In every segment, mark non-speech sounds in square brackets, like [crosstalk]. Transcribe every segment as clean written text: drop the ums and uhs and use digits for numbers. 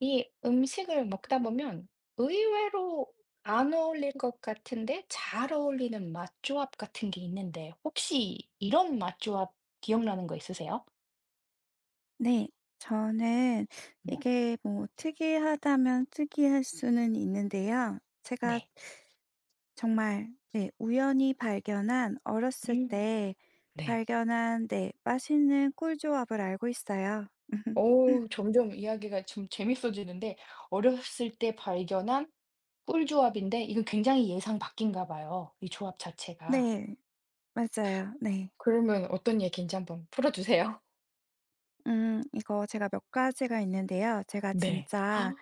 이 음식을 먹다 보면 의외로 안 어울릴 것 같은데 잘 어울리는 맛 조합 같은 게 있는데 혹시 이런 맛 조합 기억나는 거 있으세요? 네. 저는 네. 이게 뭐 특이하다면 특이할 수는 있는데요. 제가 네. 정말 네 우연히 발견한 어렸을 음. 때 네. 발견한 네 맛있는 꿀 조합을 알고 있어요. [laughs] 어우 점점 이야기가 좀 재밌어지는데 어렸을 때 발견한 꿀 조합인데 이건 굉장히 예상 밖인가 봐요, 이 조합 자체가. 네. 맞아요. 네. 그러면 어떤 얘기인지 한번 풀어 주세요. 이거 제가 몇 가지가 있는데요. 제가 네. [gasps] 아 진짜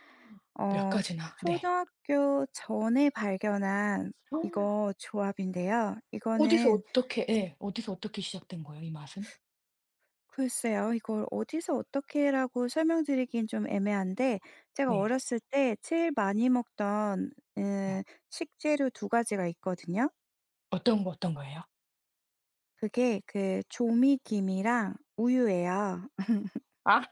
몇 어 가지나. 네. 초등학교 전에 발견한 이거 조합인데요. 어디서 이거는 어떻게 예. 어디서 어떻게 시작된 거예요 이 맛은? 글쎄요. 이걸 어디서 어떻게라고 설명드리긴 좀 애매한데 제가 네. 어렸을 때 제일 많이 먹던 예. 음 식재료 두 가지가 있거든요. 어떤 거예요? 그게 그 조미김이랑 우유예요. [laughs] 아 [laughs]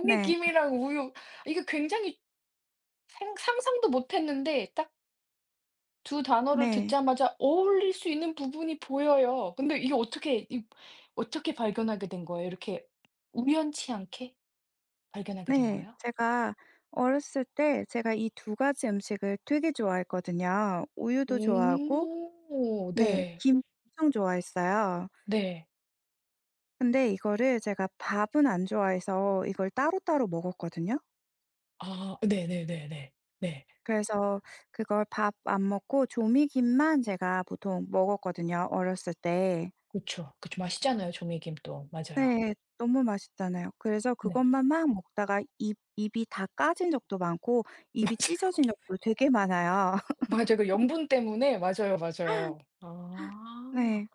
네. 우유. 이게 굉장히 생 상상도 못 했는데 딱 두 단어를 네. 듣자마자 어울릴 수 있는 부분이 보여요. 근데 이게 어떻게 이 어떻게 발견하게 된 거예요? 이렇게 우연치 않게 발견하게 된 네. 거예요? 제가 어렸을 때 제가 이 두 가지 음식을 되게 좋아했거든요. 우유도 좋아하고 오 네 네. 김 엄청 좋아했어요. 네. 근데 이거를 제가 밥은 안 좋아해서 이걸 따로따로 먹었거든요. 아 네네네네. 네. 그래서 그걸 밥 안 먹고 조미김만 제가 보통 먹었거든요, 어렸을 때. 그죠그렇죠 맛있잖아요 조미김 또. 맞아요. 너무 맛있잖아요. 그래서 네. 그것만 막 먹다가 입 입이 다 까진 적도 많고 [laughs] 입이 맞아요. 찢어진 적도 되게 많아요. [laughs] 맞아요. 그 염분 때문에 맞아요, 맞아요. 아. 네.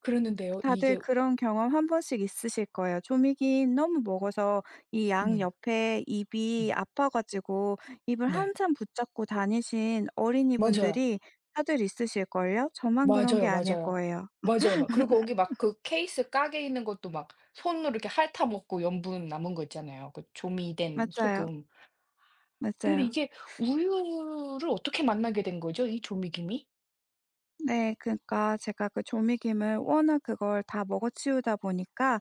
그랬는데요. 다들 이게 그런 경험 한 번씩 있으실 거예요. 조미김 너무 먹어서 이 양 음 옆에 음 입이 아파 가지고 입을 네. 한참 붙잡고 다니신 맞아요. 어린이분들이 다들 있으실걸요? 저만 그런 맞아요, 게 아닐 맞아요. 거예요. 맞아요. 막 그리고 거기 막 그 케이스 깍에 있는 것도 막 손으로 이렇게 핥아먹고 염분 남은 거 있잖아요. 그 조미된 맞아요. 소금. 근데 맞아요. 이게 우유를 어떻게 만나게 된 거죠? 이 조미김이? 네. 그러니까 제가 그 조미김을 워낙 그걸 다 먹어 치우다 보니까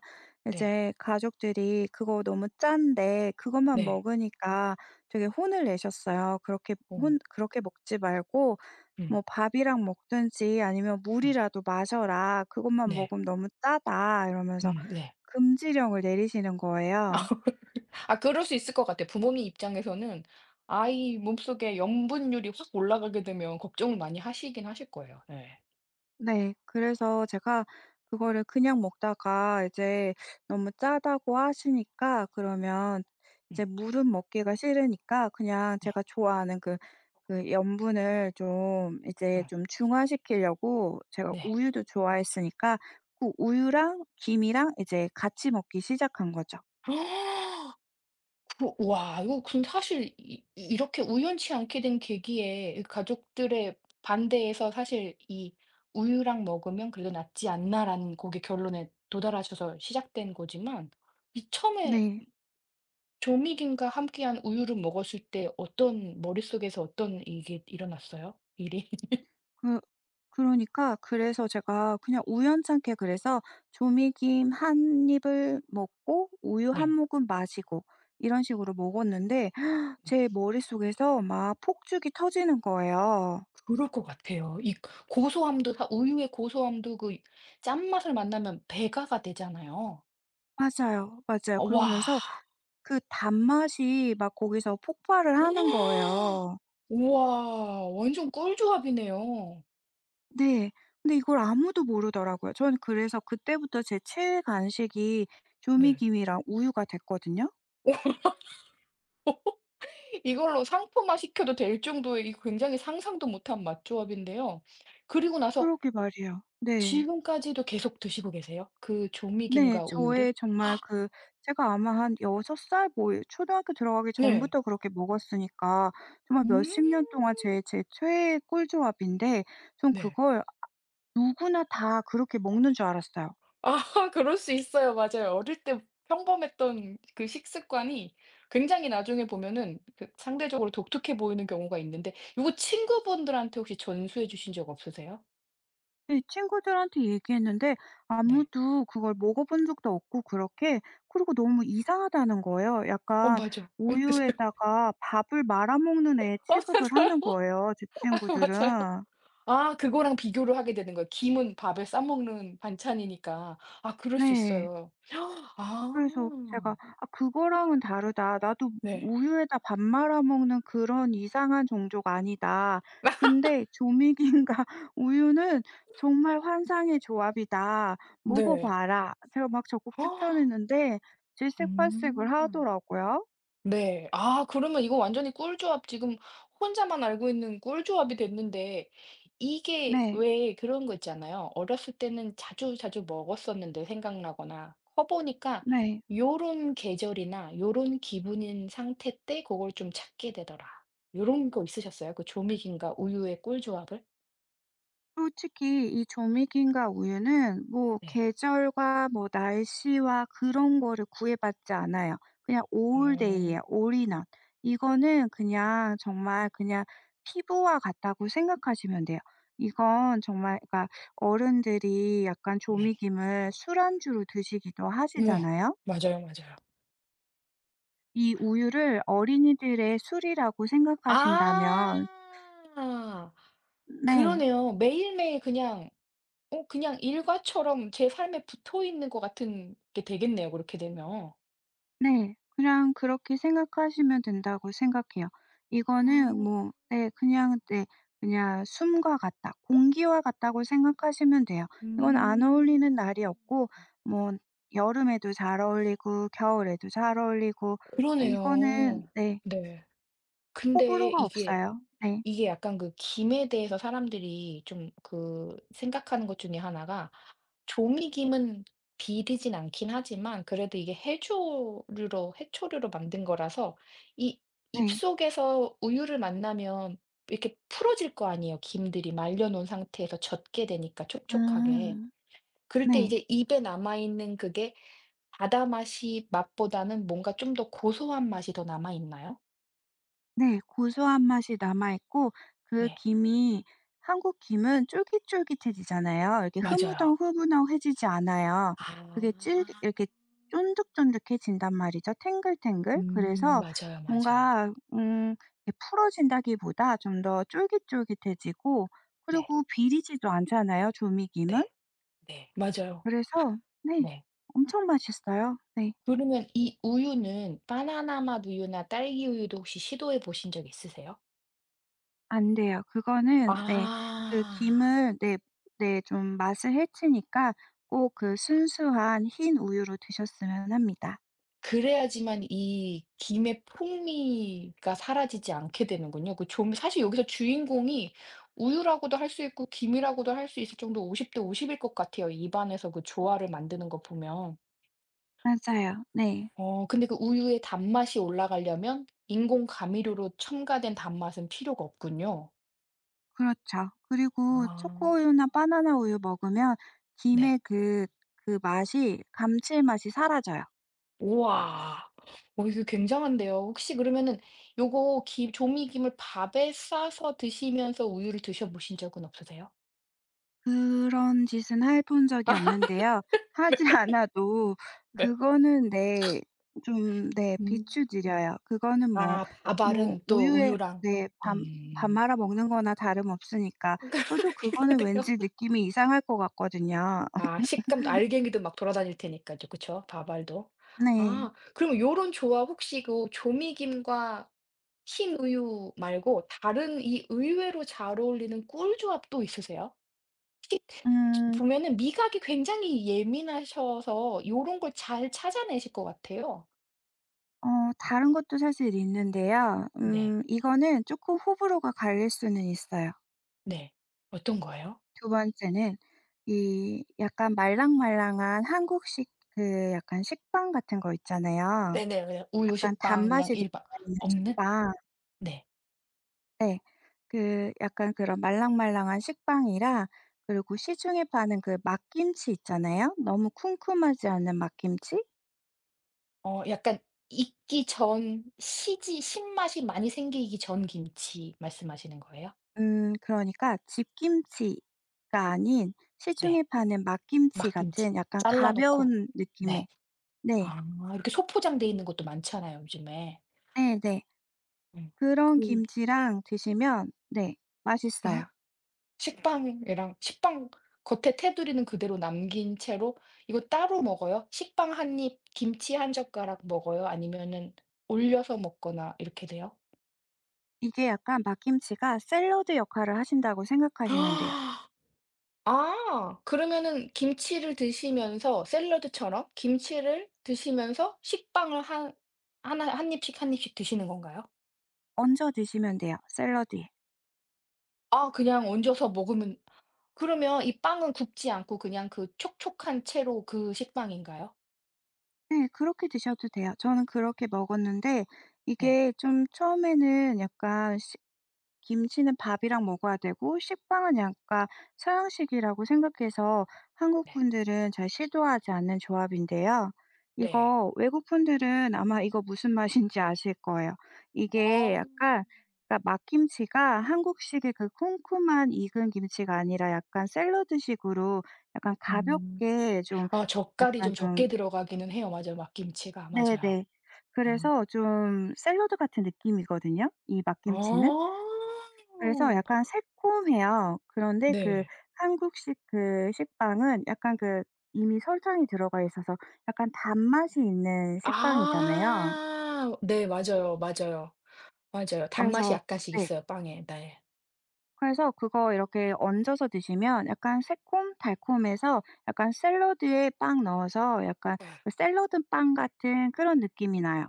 네. 이제 가족들이 "그거 너무 짠데." 그것만 네. 먹으니까 되게 혼을 내셨어요. "그렇게 어. 혼 그렇게 먹지 말고 음. 뭐 밥이랑 먹든지 아니면 음. 물이라도 마셔라. 그것만 네. 먹으면 너무 짜다." 이러면서 네. 금지령을 내리시는 거예요. 아 그럴 수 있을 것 같아요. 부모님 입장에서는 아이 몸속에 염분율이 확 올라가게 되면 걱정을 많이 하시긴 하실 거예요. 네, 네. 그래서 제가 그거를 그냥 먹다가 이제 너무 짜다고 하시니까 그러면 음 이제 물은 먹기가 싫으니까 그냥 네. 제가 좋아하는 염분을 좀 이제 음 좀 중화시키려고 제가 네. 우유도 좋아했으니까 그 우유랑 김이랑 이제 같이 먹기 시작한 거죠. [gasps] 그 와 이거 근데 사실 이 이 이렇게 우연치 않게 된 계기에 이 가족들의 반대에서 사실 이 '우유랑 먹으면 그래도 낫지 않나.'라는 거기 결론에 도달하셔서 시작된 거지만 이 처음에 네. 조미김과 함께한 우유를 먹었을 때 어떤 머릿속에서 어떤 이게 일어났어요? 일이? [laughs] 그 그러니까 그래서 제가 그냥 우연찮게 그래서 조미김 한 입을 먹고 우유 한 네. 모금 마시고 이런 식으로 먹었는데 [gasps] [sucks teeth] 네. 제 머릿속에서 막 폭죽이 터지는 거예요. 그럴 것 같아요. 이 고소함도 다 우유의 고소함도 그 짠맛을 만나면 배가가 되잖아요. 맞아요, 맞아요. 어 와. 그러면서 그 단맛이 막 거기서 폭발을 하는 [gasps] 거예요. 우와. 완전 꿀조합이네요. 네. 근데 이걸 아무도 모르더라고요. 전 그래서 그때부터 제 최애 간식이 네. 조미김이랑 우유가 됐거든요. 이걸로 상품화 시켜도 될 정도의 이 굉장히 상상도 못한 맛조합인데요. 그리고 나서 그러게 말이에요. 네. 지금까지도 계속 드시고 계세요? 그 네. 조미김과 우유를? 저의 정말 그 제가 아마 한 6살 살 뭐 초등학교 들어가기 네. 전부터 그렇게 먹었으니까 정말 음. 몇십 년 동안 제 최애 꿀조합인데 전 네. 그걸 누구나 다 그렇게 먹는 줄 알았어요. 아 [laughs] 그럴 수 있어요. 맞아요. 어릴 때 평범했던 그 식습관이 굉장히 나중에 보면은 그 상대적으로 독특해 보이는 경우가 있는데 요거 친구분들한테 혹시 전수해 주신 적 없으세요? 네 친구들한테 얘기했는데 네. 아무도 그걸 먹어본 적도 없고 그렇게 그리고 너무 이상하다는 거예요. 어 약간 맞아요. 어, 맞아요. [laughs] 우유에다가 밥을 말아 먹는 애 취급을 하는 거예요, 제 어 맞아요. [laughs] 맞아요. 친구들은. 아 그거랑 비교를 하게 되는 거예요. 김은 밥에 싸 먹는 반찬이니까. 아 그럴 수 네. 있어요. [gasps] 아. 그래서 제가 '아 그거랑은 다르다. 나도 네. 우유에다 밥 말아 먹는 그런 이상한 종족가 아니다. 근데 조미김과 [laughs] 우유는 정말 환상의 조합이다. 먹어 네. 봐라.' 제가 막 적극 [gasps] 추천했는데 질색팔색을 음. 하더라고요. 네. 아 그러면 이거 완전히 꿀조합 지금 혼자만 알고 있는 꿀조합이 됐는데 이게 네. 왜 그런 거 있잖아요. 어렸을 때는 자주자주 먹었었는데 생각나거나 커 보니까 네. 요런 계절이나 요런 기분인 상태 때 그걸 좀 찾게 되더라. 요런 거 있으셨어요? 그 조믹인가 우유의 꿀조합을? 솔직히 이 조미김과 우유는 뭐 네. 계절과 뭐 날씨와 그런 거를 구애받지 않아요. 그냥 올데이오 에 a y 예요 이거는 그냥 정말 그냥 피부와 같다고 생각하시면 돼요. 이건 정말 그러니까 어른들이 약간 네. 조미김을 술안주로 드시기도 우와. 하시잖아요. 맞아요, 맞아요. 이 우유를 어린이들의 술이라고 아. 생각하신다면 네. 그러네요. 매일매일 그냥 어 그냥 일과처럼 제 삶에 붙어 있는 것 같은 게 되겠네요, 그렇게 되면. 네. 그냥 그렇게 생각하시면 된다고 생각해요. 이거는 음. 뭐 네 그냥 네 그냥 숨과 같다, 공기와 같다고 생각하시면 돼요. 이건 안 음. 어울리는 날이 없고 뭐 여름에도 잘 어울리고 겨울에도 잘 어울리고 아 이거는 그러네요. 네 네. 근데 호불호가 이게 없어요. 네. 이게 약간 그 김에 대해서 사람들이 좀 그 생각하는 것 중에 하나가 조미김은 비리진 않긴 하지만 그래도 이게 해조류로 해초류로 만든 거라서 이 네. 입속에서 우유를 만나면 이렇게 풀어질 거 아니에요. 김들이 말려 놓은 상태에서 젖게 되니까 촉촉하게. 음. 그럴 때 네. 이제 입에 남아 있는 그게 바다 맛이 맛보다는 뭔가 좀 더 고소한 맛이 더 남아 있나요? 네. 고소한 맛이 남아 있고 그 네. 김이 한국 김은 쫄깃쫄깃해지잖아요. 이렇게 맞아요. 흐무덩흐무덩해지지 않아요. 그게 질 아. 이렇게 쫀득쫀득해진단 말이죠. 탱글탱글. 그래서 맞아요, 맞아요. 뭔가 이렇게 풀어진다기보다 좀 더 쫄깃쫄깃해지고 네. 그리고 비리지도 않잖아요 조미김은. 네. 네. 맞아요. 그래서 네 네. 엄청 맛있어요. 네. 그러면 이 우유는 바나나 맛 우유나 딸기 우유도 혹시 시도해 보신 적 있으세요? 안 돼요. 그거는 네. 그 아. 김을 네 네 좀 맛을 해치니까 꼭 그 순수한 흰 우유로 드셨으면 합니다. 그래야지만 이 김의 풍미가 사라지지 않게 되는군요. 그 좀 사실 여기서 주인공이 우유라고도 할 수 있고 김이라고도 할 수 있을 정도로 50대 50일 것 같아요, 입안에서 그 조화를 만드는 거 보면. 맞아요. 네. 어 근데 그 우유의 단맛이 올라가려면 인공 감미료로 첨가된 단맛은 필요가 없군요. 그렇죠. 그리고 아. 초코우유나 바나나 우유 먹으면 네. 김의 그 그 맛이 감칠맛이 사라져요. 우와. 어 이거 굉장한데요. 혹시 그러면은 요거 김 조미김을 밥에 싸서 드시면서 우유를 드셔 보신 적은 없으세요? 그런 짓은 해본 적이 없는데요. 하지 [laughs] 않아도 네. 그거는 네 좀 네 음. 비추드려요. 그거는 뭐 아 뭐 밥알은 또 우유에 우유랑 네 밥 음. 말아 먹는 거나 다름없으니까. [laughs] 저도 그렇게 그거는 돼요. 왠지 느낌이 이상할 것 같거든요. [laughs] 아 식감도 알갱이도 막 돌아다닐 테니까요. 그쵸? 밥알도. 네. 아 그럼 요런 조합 혹시 그 조미김과 흰 우유 말고 다른 이 의외로 잘 어울리는 꿀 조합도 있으세요? 특히 음 보면은 미각이 굉장히 예민하셔서 요런 걸 잘 찾아내실 것 같아요. 어 다른 것도 사실 있는데요. 네. 이거는 조금 호불호가 갈릴 수는 있어요. 네. 어떤 거예요? 두 번째는 이 약간 말랑말랑한 한국식 그 약간 식빵 같은 거 있잖아요. 네네. 그냥 우유, 약간 식빵 그냥 단맛이 들 일반 어 있는 없는? 식빵. 네. 네. 그 약간 그런 말랑말랑한 식빵이랑 그리고 시중에 파는 그 막김치 있잖아요. 너무 쿰쿰하지 않은 막김치? 어 약간 익기 전 시지 신맛이 많이 생기기 전 김치 말씀하시는 거예요? 그러니까 집김치가 아닌 네. 시중에 파는 막김치 막김치 같은 약간 잘라 놓고. 가벼운 느낌의 네. 네. 아 이렇게 소포장돼 있는 것도 많잖아요, 요즘에. 네네. 음. 그런 그 김치랑 드시면 네 맛있어요. 예? 식빵이랑 식빵 겉에 테두리는 그대로 남긴 채로 이거 따로 먹어요? 식빵 한 입, 김치 한 젓가락 먹어요? 아니면은 올려서 먹거나 이렇게 돼요? 이게 약간 막김치가 샐러드 역할을 하신다고 생각하시면 돼요. 아 그러면은 김치를 드시면서 샐러드처럼 김치를 드시면서 식빵을 한 하나 한 입씩 드시는 건가요? 얹어 드시면 돼요, 샐러드에. 아 그냥 얹어서 먹으면 그러면 이 빵은 굽지 않고 그냥 그 촉촉한 채로 그 식빵인가요? 네 그렇게 드셔도 돼요. 저는 그렇게 먹었는데 네. 이게 좀 처음에는 약간 시 김치는 밥이랑 먹어야 되고 식빵은 약간 서양식이라고 생각해서 한국 네. 분들은 잘 시도하지 않는 조합인데요. 네. 이거 외국 분들은 아마 이거 무슨 맛인지 아실 거예요. 이게 어. 약간 그러니까 막김치가 한국식의 그 쿰쿰한 익은 김치가 아니라 약간 샐러드식으로 약간 음. 가볍게 좀 아 젓갈이 약간 좀 좀 적게 들어가기는 해요. 맞아요. 막김치가. 맞아요. 네네. 음. 그래서 좀 샐러드 같은 느낌이거든요, 이 막김치는. 어. 그래서 약간 새콤해요. 그런데 그 네. 한국식 그 식빵은 약간 그 이미 설탕이 들어가 있어서 약간 단맛이 있는 식빵이잖아요. 아. 네 맞아요, 맞아요. 맞아요. 단맛이 그래서 약간씩 네. 있어요, 빵에. 네. 그래서 그거 이렇게 얹어서 드시면 약간 새콤달콤해서 약간 샐러드에 빵 넣어서 약간 예. 그 샐러드 빵 같은 그런 느낌이 나요.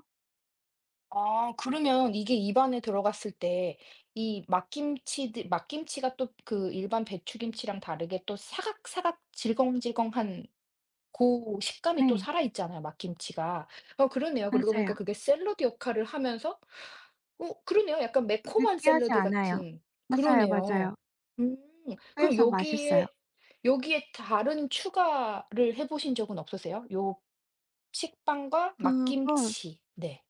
아 그러면 이게 입안에 들어갔을 때 이 막김치드 막김치가 또 그 일반 배추김치랑 다르게 또 사각사각 질겅질겅한 고 식감이 또 네. 살아있잖아요, 막김치가. 어 그러네요. 그러고 보니까 맞아요. 그게 샐러드 역할을 하면서 어 그러네요. 약간 매콤한 느끼하지 샐러드 않아요. 같은 맞아요, 맞아요. 그러네요. 음. 그럼 그래서 맛있어요. 여기에 다른 추가를 해 보신 적은 없으세요? 요 식빵과 그걸 막김치. 네.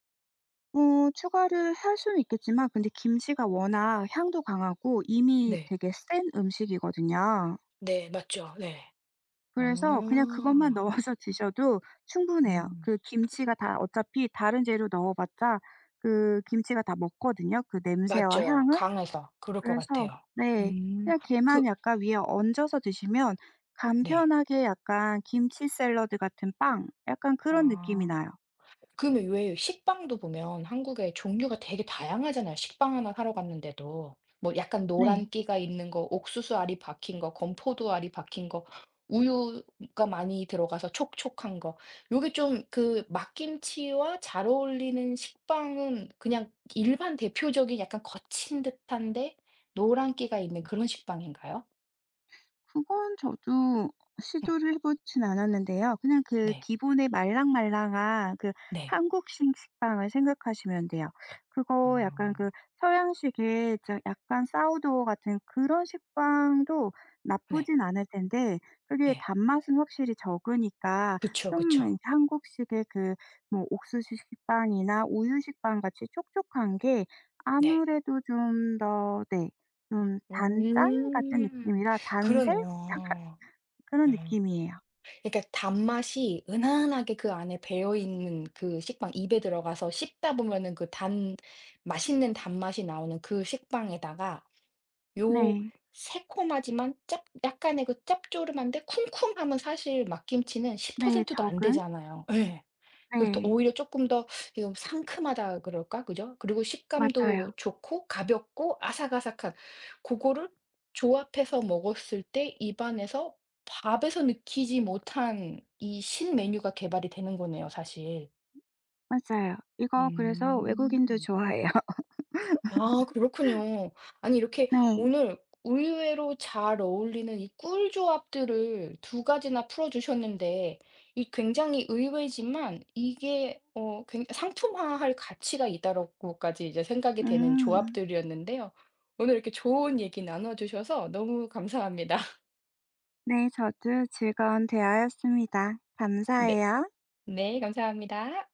추가를 할 수는 있겠지만 근데 김치가 워낙 향도 강하고 이미 네. 되게 센 음식이거든요. 네. 맞죠. 네. 그래서 그냥 그것만 아. 넣어서 [laughs] 드셔도 충분해요. 음. 그 김치가 다 어차피 다른 재료 넣어봤자 그 김치가 다 먹거든요, 그 냄새와 맞죠. 향을. 강해서 그럴 것 그래서 같아요. 네. 음. 그냥 걔만 그 약간 위에 얹어서 드시면 네. 간편하게 약간 김치 샐러드 같은 빵 약간 그런 느낌이 아. 나요. 그러면 왜 식빵도 보면 한국에 종류가 되게 다양하잖아요. 식빵 하나 사러 갔는데도 뭐 약간 노란 네. 끼가 있는 거, 옥수수 알이 박힌 거, 건포도 알이 박힌 거, 우유가 많이 들어가서 촉촉한 거. 요게 좀 그 막김치와 잘 어울리는 식빵은 그냥 일반 대표적인 약간 거친 듯한데 노란 끼가 있는 그런 식빵인가요? 그건 저도 응, 시도를 해 보진 않았는데요. 그냥 그 네. 기본의 말랑말랑한 그 네. 한국식 식빵을 생각하시면 돼요. 그거 약간 아. 그 서양식의 저 약간 사우도우 같은 그런 식빵도 네. 나쁘진 않을 텐데 그게 네. 단맛은 확실히 적으니까 그쵸, 좀 그쵸. 이제 한국식의 그 뭐 옥수수 식빵이나 우유 식빵 같이 촉촉한 게 네. 아무래도 좀 더 네 좀 단짠 같은 음. 느낌이라 단색? 약간 그러네요. 그런 음. 느낌이에요. 그러니까 단맛이 은은하게 그 안에 배어 있는 그 식빵 입에 들어가서 씹다 보면은 그 단 맛있는 단맛이 나오는 그 식빵에다가 요 네. 새콤하지만 짭 약간의 그 짭조름한데 쿰쿰함은 사실 막김치는 10% 네. 도 안 적은 되잖아요. 예. 그래서 더 네. 오히려 쪼끔 더 이거 상큼하다 그럴까? 그죠? 그리고 식감도 맞아요. 좋고 가볍고 아삭아삭한 고거를 조합해서 먹었을 때 입안에서 밥에서 느끼지 못한 이 신메뉴가 개발이 되는 거네요 사실. 맞아요. 이거 그래서 외국인도 음. 좋아해요. [laughs] 아 그렇군요. 아니 이렇게 네. 오늘 의외로 잘 어울리는 이 꿀 조합들을 두 가지나 풀어 주셨는데 이 굉장히 의외지만 이게 어 굉 '상품화할 가치가 있다.'라고까지 이제 생각이 되는 음. 조합들이었는데요. 오늘 이렇게 좋은 얘기 나눠 주셔서 너무 감사합니다. [laughs] 네. 저도 즐거운 대화였습니다. 네. 감사해요. 네 감사합니다.